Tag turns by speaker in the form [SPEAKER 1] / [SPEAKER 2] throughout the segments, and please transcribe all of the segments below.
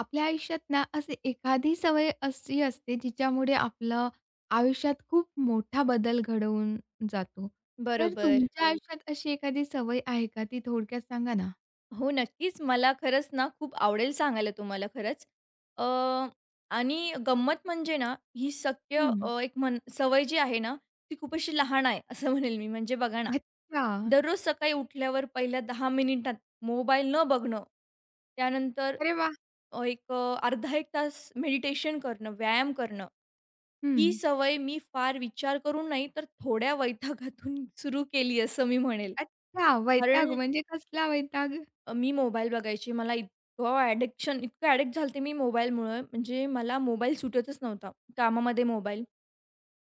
[SPEAKER 1] आपल्या आयुष्यात ना अशी एखादी सवय अशी असते जिच्यामुळे आपलं आयुष्यात खूप मोठा बदल घडवून जातो. तर
[SPEAKER 2] बरोबर.
[SPEAKER 1] तुमच्या हो. आयुष्यात अशी एखादी सवय आहे का? ती थोडक्यात सांगा ना?
[SPEAKER 2] हो, नक्कीच. मला खरंच ना खूप आवडेल सांगायला तुम्हाला खरंच. अ, आणि गंमत म्हणजे ना, ही शक्य
[SPEAKER 1] हं.
[SPEAKER 2] एक म्हण सवय जी आहे ना, ती खूप अशी लहान आहे, असं म्हणेल मी. म्हणजे बघा ना,
[SPEAKER 1] अच्छा.
[SPEAKER 2] दररोज सकाळी उठल्यावर पहिल्या 10 मिनिटात मोबाईल न बघणं, त्यानंतर
[SPEAKER 1] अरे वाह!
[SPEAKER 2] एक अर्धा 1 तास मेडिटेशन करणं, व्यायाम करणं, ही
[SPEAKER 1] हं.
[SPEAKER 2] सवय मी फार विचार करून नाही, तर थोड्या वैतागातून सुरू केली, असं मी म्हणेल.
[SPEAKER 1] अच्छा, वैताग
[SPEAKER 2] कारण
[SPEAKER 1] म्हणजे कसला वैताग?
[SPEAKER 2] मी मोबाईल बघायची. मला इतकं ॲडिक्शन इतकं ॲडिक्ट झाले होते मी मोबाईलमुळं, म्हणजे मला मोबाईल सुटतच नव्हता. कामामध्ये मोबाईल,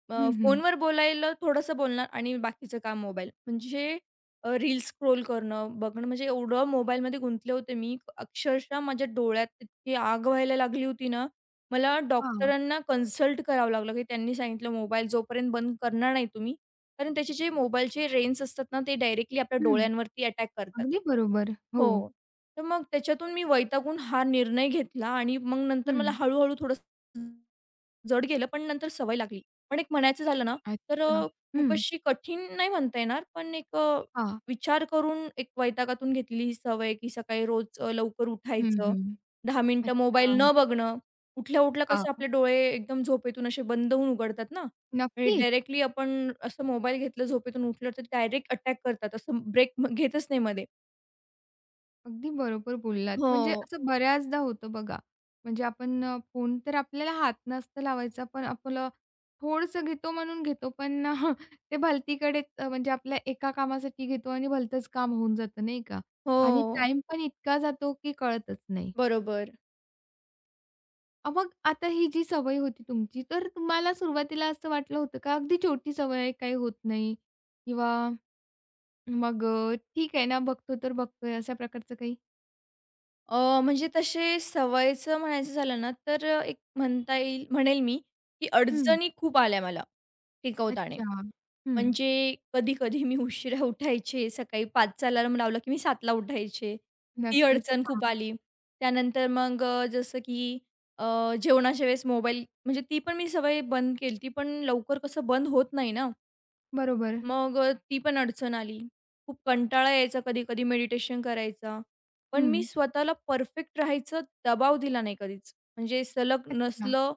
[SPEAKER 1] हं, हं.
[SPEAKER 2] फोनवर बोलायला थोडंसं बोलणार आणि बाकीचं काम मोबाईल. म्हणजे रील्स स्क्रोल करणं, बघणं म्हणजे एवढं मोबाईलमध्ये गुंतले होते मी, अक्षरशः माझ्या डोळ्यात इतकी आग व्हायला लागली होती ना, मला
[SPEAKER 1] हां.
[SPEAKER 2] डॉक्टरांना कन्सल्ट करावं लागलं, की त्यांनी सांगितलं मोबाईल जोपर्यंत बंद करणार नाही तुम्ही, कारण त्याचे जे मोबाईलचे रेन्स असतात ना, ते डायरेक्टली आपल्या
[SPEAKER 1] हं.
[SPEAKER 2] डोळ्यांवरती अटॅक करतात.
[SPEAKER 1] अगदी बरोबर. हो.
[SPEAKER 2] हो. तर मग त्याच्यातून मी वैतागून हा निर्णय घेतला आणि मग नंतर मला
[SPEAKER 1] हं.
[SPEAKER 2] हळू-हळू थोडंसं जड गेलं, पण नंतर सवय लागली. पण एक म्हणायचं झालं ना, तर
[SPEAKER 1] अच्छा.
[SPEAKER 2] खूप
[SPEAKER 1] हं.
[SPEAKER 2] अशी कठीण नाही म्हणता येणार, पण एक
[SPEAKER 1] हां.
[SPEAKER 2] विचार करून एक वैतागातून घेतलेली ही सवय, की सकाळी रोज लवकर
[SPEAKER 1] हं,
[SPEAKER 2] उठायचं,
[SPEAKER 1] हं.
[SPEAKER 2] 10 मिनिटं मोबाईल
[SPEAKER 1] अच्छा.
[SPEAKER 2] न बघणं. उठल्या-उठल्या
[SPEAKER 1] हां.
[SPEAKER 2] कसं आपले डोळे एकदम झोपेतून असे बंद होऊन उघडतात ना, म्हणजे
[SPEAKER 1] नक्कीच.
[SPEAKER 2] डायरेक्टली आपण असं मोबाईल घेतलं झोपेतून उठलं, तर डायरेक्ट अटॅक करतात, असं ब्रेक घेतच नाही मध्ये.
[SPEAKER 1] अगदी बरोबर बोललात.
[SPEAKER 2] हो.
[SPEAKER 1] म्हणजे असं बऱ्याचदा होतं बघा. म्हणजे आपण फोन तर आपल्याला हात नसतं लावायचा, पण आपलं थोडंसं घेतो म्हणून घेतो, पण ते भलतीकडेच म्हणजे आपल्या एका कामासाठी घेतो आणि भलतंच काम होऊन जातं नाही का? आणि
[SPEAKER 2] हो,
[SPEAKER 1] टाईम पण इतका जातो की कळतच नाही.
[SPEAKER 2] बरोबर.
[SPEAKER 1] मग आता ही जी सवय होती तुमची, तर तुम्हाला सुरुवातीला असं वाटलं होतं का अगदी छोटी सवय आहे, काही होत नाही किंवा मग ठीक आहे ना, बघतो तर बघतोय अशा प्रकारचं काही?
[SPEAKER 2] म्हणजे तसे सवयीचं म्हणायचं झालं ना, तर एक म्हणता येईल म्हणेल मी, की
[SPEAKER 1] हं.
[SPEAKER 2] अडचणी खूप आल्या मला टिकवताने.
[SPEAKER 1] अच्छा. हं.
[SPEAKER 2] म्हणजे कधी-कधी मी उशिरा उठायचे. सकाळी 5चा अलार्म लावला, की मी 7ला उठायचे. ती
[SPEAKER 1] नक्कीच.
[SPEAKER 2] अडचण खूप
[SPEAKER 1] हां,
[SPEAKER 2] आली. त्यानंतर मग जसं की अ, जेवणाच्या वेळेस मोबाईल म्हणजे ती पण मी सवय बंद केली. ती पण लवकर कसं बंद होत नाही ना.
[SPEAKER 1] बरोबर.
[SPEAKER 2] मग ती पण अडचण आली. खूप कंटाळा यायचा कधी-कधी मेडिटेशन करायचा. पण मी
[SPEAKER 1] हं.
[SPEAKER 2] स्वतःला परफेक्ट राहायचा दबाव दिला नाही कधीच. म्हणजे सलग
[SPEAKER 1] अच्छा.
[SPEAKER 2] नसलं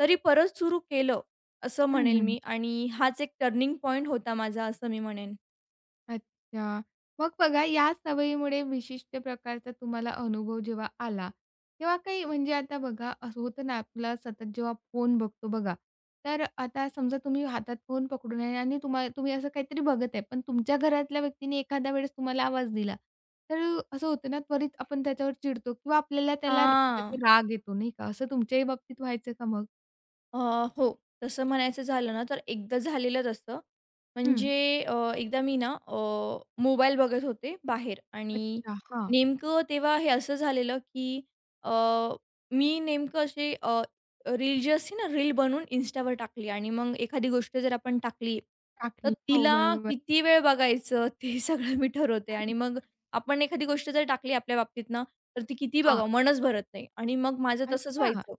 [SPEAKER 2] तरी परत सुरू केलं, असं
[SPEAKER 1] हं,
[SPEAKER 2] म्हणेल
[SPEAKER 1] हं.
[SPEAKER 2] मी आणि हाच एक टर्निंग पॉइंट होता माझा असं मी म्हणेन.
[SPEAKER 1] अच्छा. मग बघा या सवयीमुळे विशिष्ट प्रकारचा तुम्हाला अनुभव जेव्हा आला, तेव्हा काही म्हणजे आता बघा असं होतं ना आपला सतत जेव्हा फोन बघतो बघा, तर आता समजा तुम्ही हातात फोन पकडून आहे आणि तुम्ही असं काहीतरी बघत आहे, पण तुमच्या घरातल्या व्यक्तीने एखाद्या वेळेस तुम्हाला आवाज दिला, तर असं होतं ना त्वरित आपण त्याच्यावर चिडतो किंवा आपल्याला त्याला त्याचा
[SPEAKER 2] हां.
[SPEAKER 1] राग येतो नाही का? असं तुमच्याही बाबतीत व्हायचं का मग?
[SPEAKER 2] अ, हो. तसं म्हणायचं झालं ना, तर एकदा झालेलं तसं.
[SPEAKER 1] हं.
[SPEAKER 2] म्हणजे एकदा मी ना मोबाईल बघत होते बाहेर आणि
[SPEAKER 1] अच्छा. हां.
[SPEAKER 2] नेमकं तेव्हा हे असं झालेलं, की अ, मी नेमकं असे रील जी असते ना, रील बनवून Instaवर टाकली आणि मग एखादी गोष्ट जर आपण टाकली, तर
[SPEAKER 1] टाकली. हो,
[SPEAKER 2] तिला
[SPEAKER 1] बरोबर.
[SPEAKER 2] किती वेळ बघायचं ते सगळं मी ठरवते आणि मग आपण एखादी गोष्ट जर टाकली आपल्या बाबतीत ना, तर ती किती
[SPEAKER 1] हां.
[SPEAKER 2] बघावं मनच भरत नाही आणि मग माझं तसंच
[SPEAKER 1] अच्छा.
[SPEAKER 2] व्हायचं.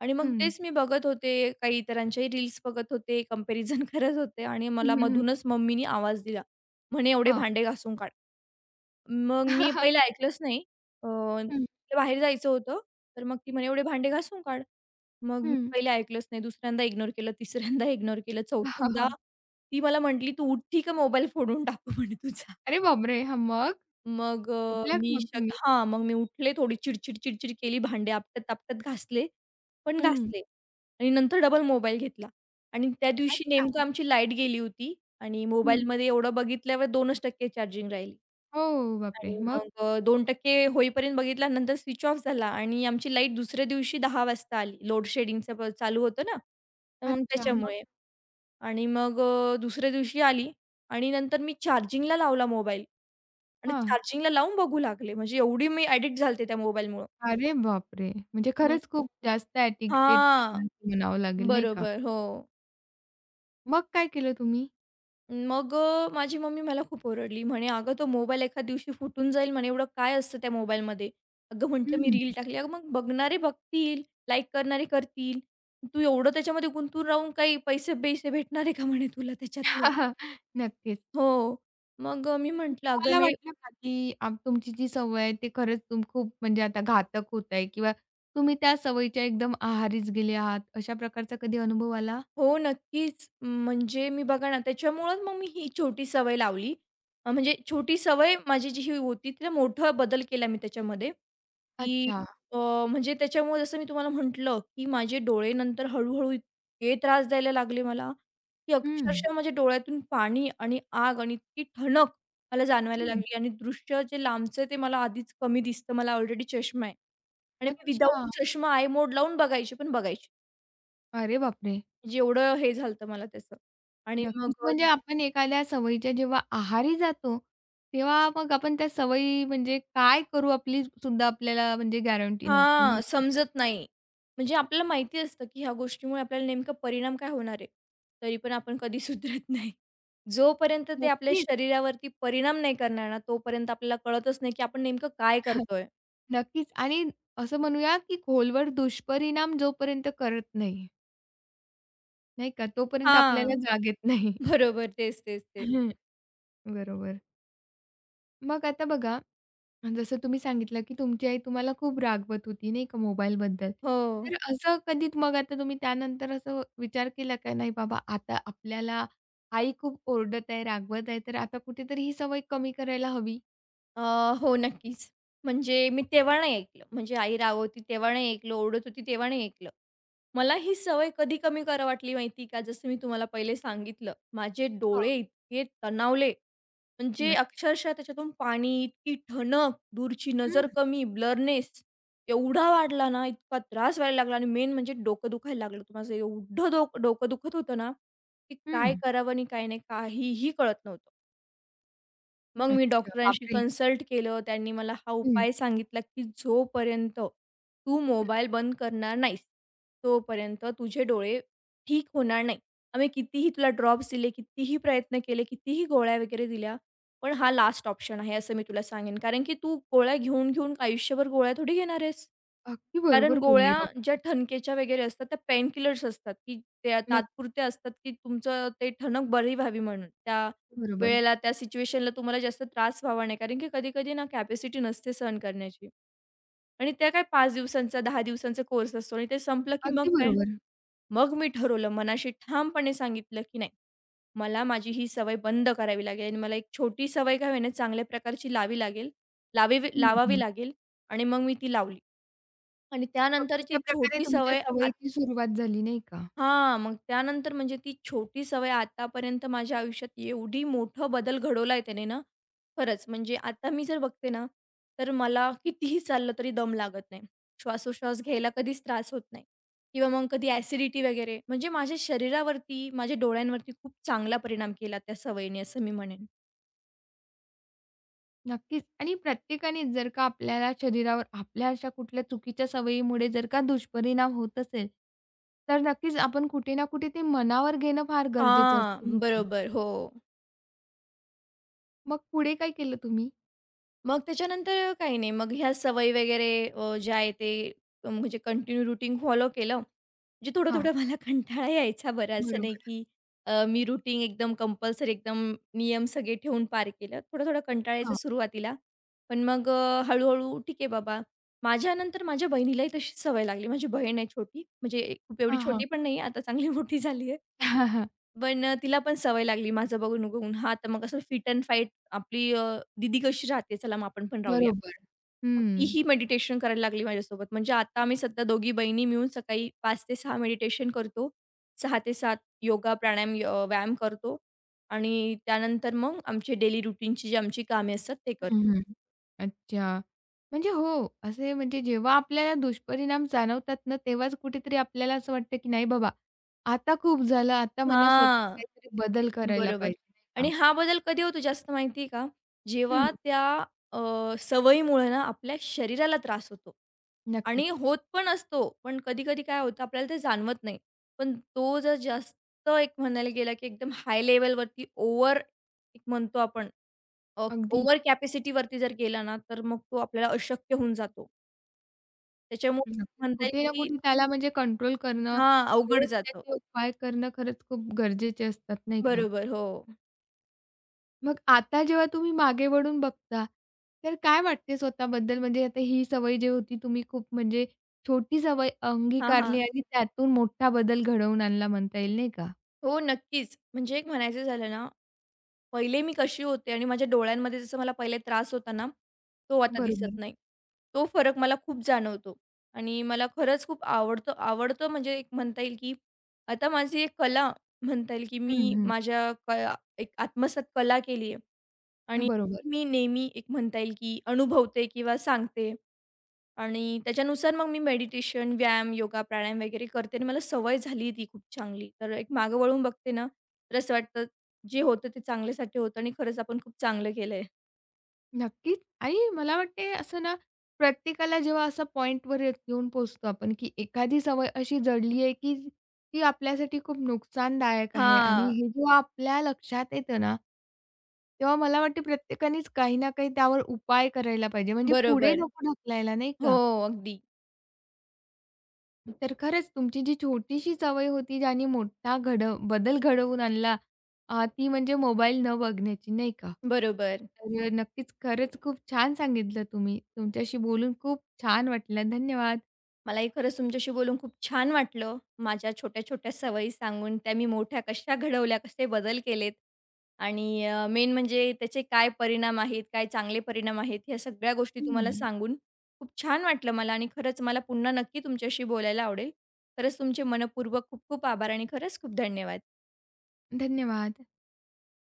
[SPEAKER 2] आणि मग
[SPEAKER 1] हं.
[SPEAKER 2] तेच मी बघत होते, काही इतरांच्याही रील्स बघत होते, कंपॅरिझन करत होते आणि
[SPEAKER 1] हं,
[SPEAKER 2] मला
[SPEAKER 1] हं, हं.
[SPEAKER 2] मधूनच मम्मीनी आवाज दिला. म्हणे, "एवढे
[SPEAKER 1] हां.
[SPEAKER 2] भांडे घासून काढ." मग मी पहिलं ऐकलंच नाही. अ,
[SPEAKER 1] हं,
[SPEAKER 2] बाहेर जायचं होतं, तर मग ती म्हणे, "एवढे भांडे घासून काढ." मग मी
[SPEAKER 1] हं.
[SPEAKER 2] पहिले ऐकलंच नाही. दुसऱ्यांदा इग्नोर केलं, तिसऱ्यांदा इग्नोर केलं,
[SPEAKER 1] हां,
[SPEAKER 2] चौथ्यांदा
[SPEAKER 1] हां.
[SPEAKER 2] ती मला म्हटली, "तू उठती का मोबाईल फोडून टाकू म्हणे
[SPEAKER 1] अरे बापरे! हां, मग?
[SPEAKER 2] मग
[SPEAKER 1] उठल्या का
[SPEAKER 2] मी
[SPEAKER 1] मग
[SPEAKER 2] शक
[SPEAKER 1] तुम्ही?
[SPEAKER 2] हां, मग मी उठले, थोडी चिडचिड, चिडचिड केली, भांडे आपटत-आपटत घासले, पण
[SPEAKER 1] हं.
[SPEAKER 2] घासले आणि नंतर डबल मोबाईल घेतला आणि त्या दिवशी
[SPEAKER 1] अच्छा.
[SPEAKER 2] नेमकं आमची लाईट गेली होती आणि
[SPEAKER 1] हं.
[SPEAKER 2] मोबाईलमध्ये एवढं बघितल्यावर 2% चार्जिंग राहिली
[SPEAKER 1] हो, बापरे!
[SPEAKER 2] आणि
[SPEAKER 1] मग?
[SPEAKER 2] मग 2% होईपर्यंत बघितला, नंतर स्विच ऑफ झाला आणि आमची लाईट दुसऱ्या दिवशी 10 वाजता आली. लोड शेडिंगचं प चालू होतं ना, तर मग
[SPEAKER 1] अच्छा, मग?
[SPEAKER 2] त्याच्यामुळे आणि मग दुसऱ्या दिवशी आली आणि नंतर मी चार्जिंगला लावला मोबाईल. आणि
[SPEAKER 1] हां.
[SPEAKER 2] चार्जिंगला लावून बघू लागले. म्हणजे एवढी मी ॲडिक्ट झाले त्या मोबाईलमुळं.
[SPEAKER 1] अरे बापरे! म्हणजे
[SPEAKER 2] मग?
[SPEAKER 1] खरंच खूप जास्त ॲडिक्टेड
[SPEAKER 2] हां.
[SPEAKER 1] त्यांना म्हणावं लागेल, नाही का?
[SPEAKER 2] बरोबर. हो.
[SPEAKER 1] मग काय केलं तुम्ही?
[SPEAKER 2] मग माझी मम्मी मला खूप ओरडली. म्हणे, "अगं तो मोबाईल एखाद दिवशी फुटून जाईल." म्हणे, "एवढं काय असतं त्या मोबाईलमध्ये?" अगं म्हटलं, "मी
[SPEAKER 1] हं.
[SPEAKER 2] रील टाकली." "अगं मग बघणारे बघतील, लाईक करणारे करतील. तू एवढं त्याच्यामध्ये गुंतून राहून काही पैसे-पैसे भेटणार आहे का?" म्हणे, "तुला त्याच्यातले."
[SPEAKER 1] नक्कीच.
[SPEAKER 2] हो. मग मी
[SPEAKER 1] आणि
[SPEAKER 2] म्हटलं, "अगं
[SPEAKER 1] तुम्हाला
[SPEAKER 2] नाही."
[SPEAKER 1] वाटलं का, की आ, तुमची जी सवय आहे ते खरंच तुम खूप म्हणजे आता घातक होत आहे किंवा तुम्ही त्या सवयीच्या एकदम आहारीच गेले आहात, अशा प्रकारचा कधी अनुभव आला?
[SPEAKER 2] हो, नक्कीच. म्हणजे मी बघा ना, त्याच्यामुळेच मग मी ही छोटी सवय लावली. म्हणजे छोटी सवय माझी जी ही होती, तिला मोठा बदल केला मी त्याच्यामध्ये, की
[SPEAKER 1] अच्छा.
[SPEAKER 2] अ, म्हणजे त्याच्यामुळे जसं मी तुम्हाला म्हटलं, की माझे डोळे नंतर हळू इतके त्रास द्यायला लागले मला, की
[SPEAKER 1] हं,
[SPEAKER 2] अक्षरशः माझ्या डोळ्यातून पाणी आणि आग आणि इतकी ठणक मला जाणवायला
[SPEAKER 1] हं.
[SPEAKER 2] लागली आणि दृश्य जे लांबचं ते मला आधीच कमी दिसतं. मला ऑलरेडी चष्मा आहे आणि मी
[SPEAKER 1] अच्छा.
[SPEAKER 2] विदाऊट चष्मा आय मोड लावून बघायची, पण बघायची.
[SPEAKER 1] अरे बापरे!
[SPEAKER 2] जेवढं हे झालं मला त्याचं आणि मग
[SPEAKER 1] नक्कीच म्हणजे आपण एखाद्या सवयीच्या जेव्हा आहारी जातो, तेव्हा मग आपण त्या सवयी म्हणजे काय करू आपली सुद्धा आपल्याला म्हणजे गॅरंटी नसते,
[SPEAKER 2] हां,
[SPEAKER 1] नाही का?
[SPEAKER 2] समजत नाही. म्हणजे आपल्याला माहिती असतं, की ह्या गोष्टीमुळे आपल्याला नेमका परिणाम काय होणार आहे. तरी पण आपण कधी सुधरत नाही. जोपर्यंत ते आपल्या
[SPEAKER 1] नक्कीच.
[SPEAKER 2] शरीरावरती परिणाम नाही करणार ना, तोपर्यंत आपल्याला कळतच नाही, की आपण नेमकं काय करतोय?
[SPEAKER 1] नक्कीच आणि असं म्हणूया, की खोलवर दुष्परिणाम जोपर्यंत करत नाही. नाही का, तोपर्यंत आपल्याला
[SPEAKER 2] हां,
[SPEAKER 1] जाग येत नाही.
[SPEAKER 2] बरोबर. तेच.
[SPEAKER 1] हं, बरोबर. मग आता बघा, जसं तुम्ही सांगितलं, की तुमची आई तुम्हाला खूप रागवत होती नाही का मोबाईलबद्दल.
[SPEAKER 2] हो.
[SPEAKER 1] तर असं कधी मग आता तुम्ही त्यानंतर असं विचार केला का, नाही बाबा आता आपल्याला आई खूप ओरडत आहे, रागवत आहे, तर आता कुठेतरी ही सवय कमी करायला हवी?
[SPEAKER 2] अ, हो, नक्कीच. म्हणजे मी तेव्हा नाही ऐकलं. म्हणजे आई रागवती तेव्हा नाही ऐकलं, ओरडत होती तेव्हा नाही ऐकलं. मला ही सवय कधी कमी करा वाटली माहिती का? जसं मी तुम्हाला पहिले सांगितलं, माझे
[SPEAKER 1] हां,
[SPEAKER 2] डोळे इतके तणावले, म्हणजे
[SPEAKER 1] नक्की.
[SPEAKER 2] अक्षरशः त्याच्यातून पाणी, इतकी ठणक, दूरची
[SPEAKER 1] हं,
[SPEAKER 2] नजर कमी, ब्लरनेस एवढा वाढला ना, इतका त्रास व्हायला लागला आणि मेन म्हणजे डोकं दुखायला लागलं होतं माझं. एवढं डोकं दुखत होतं ना, की
[SPEAKER 1] हं.
[SPEAKER 2] काय करावं आणि काय नाही, काहीही कळत नव्हतं. मग मी
[SPEAKER 1] अच्छा,
[SPEAKER 2] डॉक्टरांशी
[SPEAKER 1] बापरे!
[SPEAKER 2] कन्सल्ट केलं. त्यांनी मला हा
[SPEAKER 1] हं.
[SPEAKER 2] उपाय सांगितला, की जोपर्यंत तू मोबाईल बंद करणार नाहीस, तोपर्यंत तुझे डोळे ठीक होणार नाही. आम्ही कितीही तुला ड्रॉप्स दिले, कितीही प्रयत्न केले, कितीही गोळ्या वगैरे दिल्या, पण हा लास्ट ऑप्शन आहे असं मी तुला सांगेन. कारण की तू गोळ्या घेऊन, घेऊन आयुष्यभर गोळ्या थोडी घेणार आहेस.
[SPEAKER 1] अगदी
[SPEAKER 2] कारण
[SPEAKER 1] बरोबर
[SPEAKER 2] गोळ्या
[SPEAKER 1] बोलले डॉ.
[SPEAKER 2] ज्या ठणकेच्या वगैरे असतात त्या पेन किलर्स असतात, की त्या
[SPEAKER 1] नक्की
[SPEAKER 2] तात्पुरत्या असतात, की तुमचं ते ठणक बरी व्हावी म्हणून. त्या
[SPEAKER 1] बरोबर.
[SPEAKER 2] वेळेला, त्या सिच्युएशनला तुम्हाला जास्त त्रास व्हावा नाही. कारण की कधी-कधी ना कॅपॅसिटी नसते सहन करण्याची आणि त्या काय 5 दिवसांचा, 10 दिवसांचा कोर्स असतो आणि ते संपलं, की मग
[SPEAKER 1] अगदी
[SPEAKER 2] काय?
[SPEAKER 1] बरोबर.
[SPEAKER 2] मग मी ठरवलं, मनाशी ठामपणे सांगितलं, की नाही, मला माझी ही सवय बंद करावी लागेल आणि मला एक छोटी सवय काय होईना चांगल्या प्रकारची लावी लागेल, लावीवी
[SPEAKER 1] हं,
[SPEAKER 2] लावावी
[SPEAKER 1] हं.
[SPEAKER 2] लागेल आणि मग मी ती लावली. आणि
[SPEAKER 1] मग
[SPEAKER 2] त्यानंतरची
[SPEAKER 1] अशा प्रकारे
[SPEAKER 2] छोटी
[SPEAKER 1] तुमच्या
[SPEAKER 2] सवय आत
[SPEAKER 1] सवयीची सुरुवात झाली नाही का?
[SPEAKER 2] हां, मग त्यानंतर म्हणजे ती छोटी सवय आतापर्यंत माझ्या आयुष्यात एवढी मोठं बदल घडवलाय त्याने ना, खरंच. म्हणजे आता मी जर बघते ना, तर मला कितीही चाललं तरी दम लागत नाही. श्वासोश्वास घ्यायला कधीच त्रास होत नाही किंवा मग कधी ॲसिडिटी वगैरे. म्हणजे माझ्या शरीरावरती, माझ्या डोळ्यांवरती खूप चांगला परिणाम केला त्या सवयीने, असं मी म्हणेन.
[SPEAKER 1] नक्कीच आणि प्रत्येकाने जर का आपल्याला शरीरावर आपल्या अशा कुठल्या चुकीच्या सवयीमुळे जर का दुष्परिणाम होत असेल, तर नक्कीच आपण कुठे ना कुठे ते मनावर घेणं फार गरजेचं असतं,
[SPEAKER 2] हां,
[SPEAKER 1] नाही का?
[SPEAKER 2] बरोबर. हो.
[SPEAKER 1] मग पुढे काय केलं तुम्ही?
[SPEAKER 2] मग त्याच्यानंतर काही नाही. मग ह्या सवयी वगैरे ज्या आहे ते म्हणजे कंटिन्यू रुटीन फॉलो केलं. म्हणजे
[SPEAKER 1] हां,
[SPEAKER 2] थोडं-थोडं मला कंटाळा यायचा बरं. असं नाही
[SPEAKER 1] बरोबर.
[SPEAKER 2] की मी रुटीन एकदम कंपल्सरी एकदम नियम सगळे ठेवून पार केलं. थोडा-थोडा कंटाळा यायचा
[SPEAKER 1] हां,
[SPEAKER 2] सुरुवातीला. पण मग हळू ठीक आहे बाबा. माझ्यानंतर माझ्या बहिणीलाही तशी सवय लागली. माझी बहीण आहे छोटी. म्हणजे खूप एवढी
[SPEAKER 1] हां, हां.
[SPEAKER 2] छोटी पण नाही आता चांगली मोठी झाली आहे. पण तिला पण सवय लागली माझं बघून-बघून. हां, तर मग असं फिट अँड फाईट आपली दीदी कशी राहते, चला मग आपण पण राहूया.
[SPEAKER 1] बरोबर.
[SPEAKER 2] मग
[SPEAKER 1] हं.
[SPEAKER 2] तीही मेडिटेशन करायला लागली माझ्यासोबत. म्हणजे आता आम्ही सध्या दोघी बहिणी मिळून सकाळी 5 ते 6 मेडिटेशन करतो. 6 ते 7 योगा, प्राणायाम, व्यायाम करतो आणि त्यानंतर मग आमचे डेली रुटीनची जी आमची कामे असतात ते
[SPEAKER 1] हं,
[SPEAKER 2] करतो.
[SPEAKER 1] हं. अच्छा. म्हणजे हो, असे म्हणजे जेव्हा आपल्याला दुष्परिणाम जाणवतात ना, तेव्हाच कुठेतरी आपल्याला असं वाटतं, की नाही बाबा, आता खूप झालं, आता मला स्वतःत
[SPEAKER 2] हां.
[SPEAKER 1] काहीतरी बदल करायला
[SPEAKER 2] बरोबर.
[SPEAKER 1] पाहिजे, नाही
[SPEAKER 2] आणि
[SPEAKER 1] का?
[SPEAKER 2] हा बदल कधी होतो जास्त माहिती आहे का? जेव्हा त्या अ, सवयीमुळे ना आपल्या शरीराला त्रास होतो आणि
[SPEAKER 1] नक्कीच.
[SPEAKER 2] होत पण असतो. पण कधी-कधी काय होतं आपल्याला ते जाणवत नाही. पण तो जर जास्त एक म्हणायला गेला, की एकदम हाय लेव्हलवरती ओव्हर एक म्हणतो आपण
[SPEAKER 1] अगदी.
[SPEAKER 2] ओव्हर कॅपॅसिटीवरती जर गेला ना, तर मग तो आपल्याला अशक्य होऊन जातो. त्याच्यामुळे
[SPEAKER 1] नक्कीच.
[SPEAKER 2] म्हणता येईल,
[SPEAKER 1] कुठे ना
[SPEAKER 2] की
[SPEAKER 1] कुठे त्याला म्हणजे कंट्रोल करणं,
[SPEAKER 2] हां, अवघड
[SPEAKER 1] वेळेत
[SPEAKER 2] जातं.
[SPEAKER 1] त्याचे उपाय करणं खरंच खूप गरजेचे असतात, नाही का?
[SPEAKER 2] बरोबर. हो.
[SPEAKER 1] मग आता जेव्हा तुम्ही मागे वळून बघता, तर काय वाटते स्वतःबद्दल? म्हणजे आता ही सवय जी होती तुम्ही खूप म्हणजे छोटी सवय
[SPEAKER 2] हां,
[SPEAKER 1] अंगीकारली
[SPEAKER 2] हां.
[SPEAKER 1] आणि त्यातून मोठा बदल घडवून आणला म्हणता येईल, नाही का?
[SPEAKER 2] हो, नक्कीच. म्हणजे एक म्हणायचं झालं ना पहिले मी कशी होते आणि माझ्या डोळ्यांमध्ये जसं मला पहिले त्रास होता ना, तो आता दिसत
[SPEAKER 1] बरोबर.
[SPEAKER 2] नाही. तो फरक मला खूप जाणवतो आणि मला खरंच खूप आवडतं आवडतं म्हणजे एक म्हणता येईल, की आता माझी एक कला म्हणता येईल, की
[SPEAKER 1] हं,
[SPEAKER 2] मी
[SPEAKER 1] हं.
[SPEAKER 2] माझ्या क एक आत्मसात कला केली आहे आणि
[SPEAKER 1] बरोबर.
[SPEAKER 2] ती मी नेहमी एक म्हणता येईल, की अनुभवते किंवा सांगते. आणि त्याच्यानुसार मग मी मेडिटेशन, व्यायाम, योगा, प्राणायाम वगैरे करते आणि मला सवय झाली ती खूप चांगली. तर एक मागे वळून बघते ना, तर असं वाटतं जे होतं ते चांगल्यासाठी होतं आणि खरंच आपण खूप चांगलं केलंय.
[SPEAKER 1] नक्कीच. आणि मला वाटते असं ना, प्रत्येकाला जेव्हा असा पॉइंटवर येऊन पोहोचतो आपण, की एखादी सवय अशी जडली आहे, की ती आपल्यासाठी खूप नुकसानदायक आहे आणि
[SPEAKER 2] हां,
[SPEAKER 1] हे जेव्हा आपल्या लक्षात येतं ना, तेव्हा मला वाटते प्रत्येकानेच काही ना काही त्यावर उपाय करायला पाहिजे. म्हणजे पुढे
[SPEAKER 2] बरोबर.
[SPEAKER 1] नको ढकलायला, नाही
[SPEAKER 2] हो,
[SPEAKER 1] का?
[SPEAKER 2] अगदी.
[SPEAKER 1] तर खरंच तुमची जी छोटीशी सवय होती ज्याने मोठा घड बदल घडवून आणला, ती म्हणजे मोबाईल न बघण्याची, नाही का?
[SPEAKER 2] बरोबर.
[SPEAKER 1] तर नक्कीच खरंच खूप छान सांगितलं तुम्ही. तुमच्याशी बोलून खूप छान वाटलं. धन्यवाद.
[SPEAKER 2] मलाही खरंच तुमच्याशी बोलून खूप छान वाटलं. माझ्या छोट्या-छोट्या सवयी सांगून त्या मी मोठ्या कशा घडवल्या, कसे बदल केलेत आणि मेन म्हणजे त्याचे काय परिणाम आहेत, काय चांगले परिणाम आहेत, ह्या सगळ्या गोष्टी तुम्हाला
[SPEAKER 1] हं.
[SPEAKER 2] सांगून खूप छान वाटलं मला आणि खरंच मला पुन्हा नक्की तुमच्याशी बोलायला आवडेल. खरंच तुमचे मनःपूर्वक खूप खूप आभार आणि खरंच खूप धन्यवाद.
[SPEAKER 1] धन्यवाद.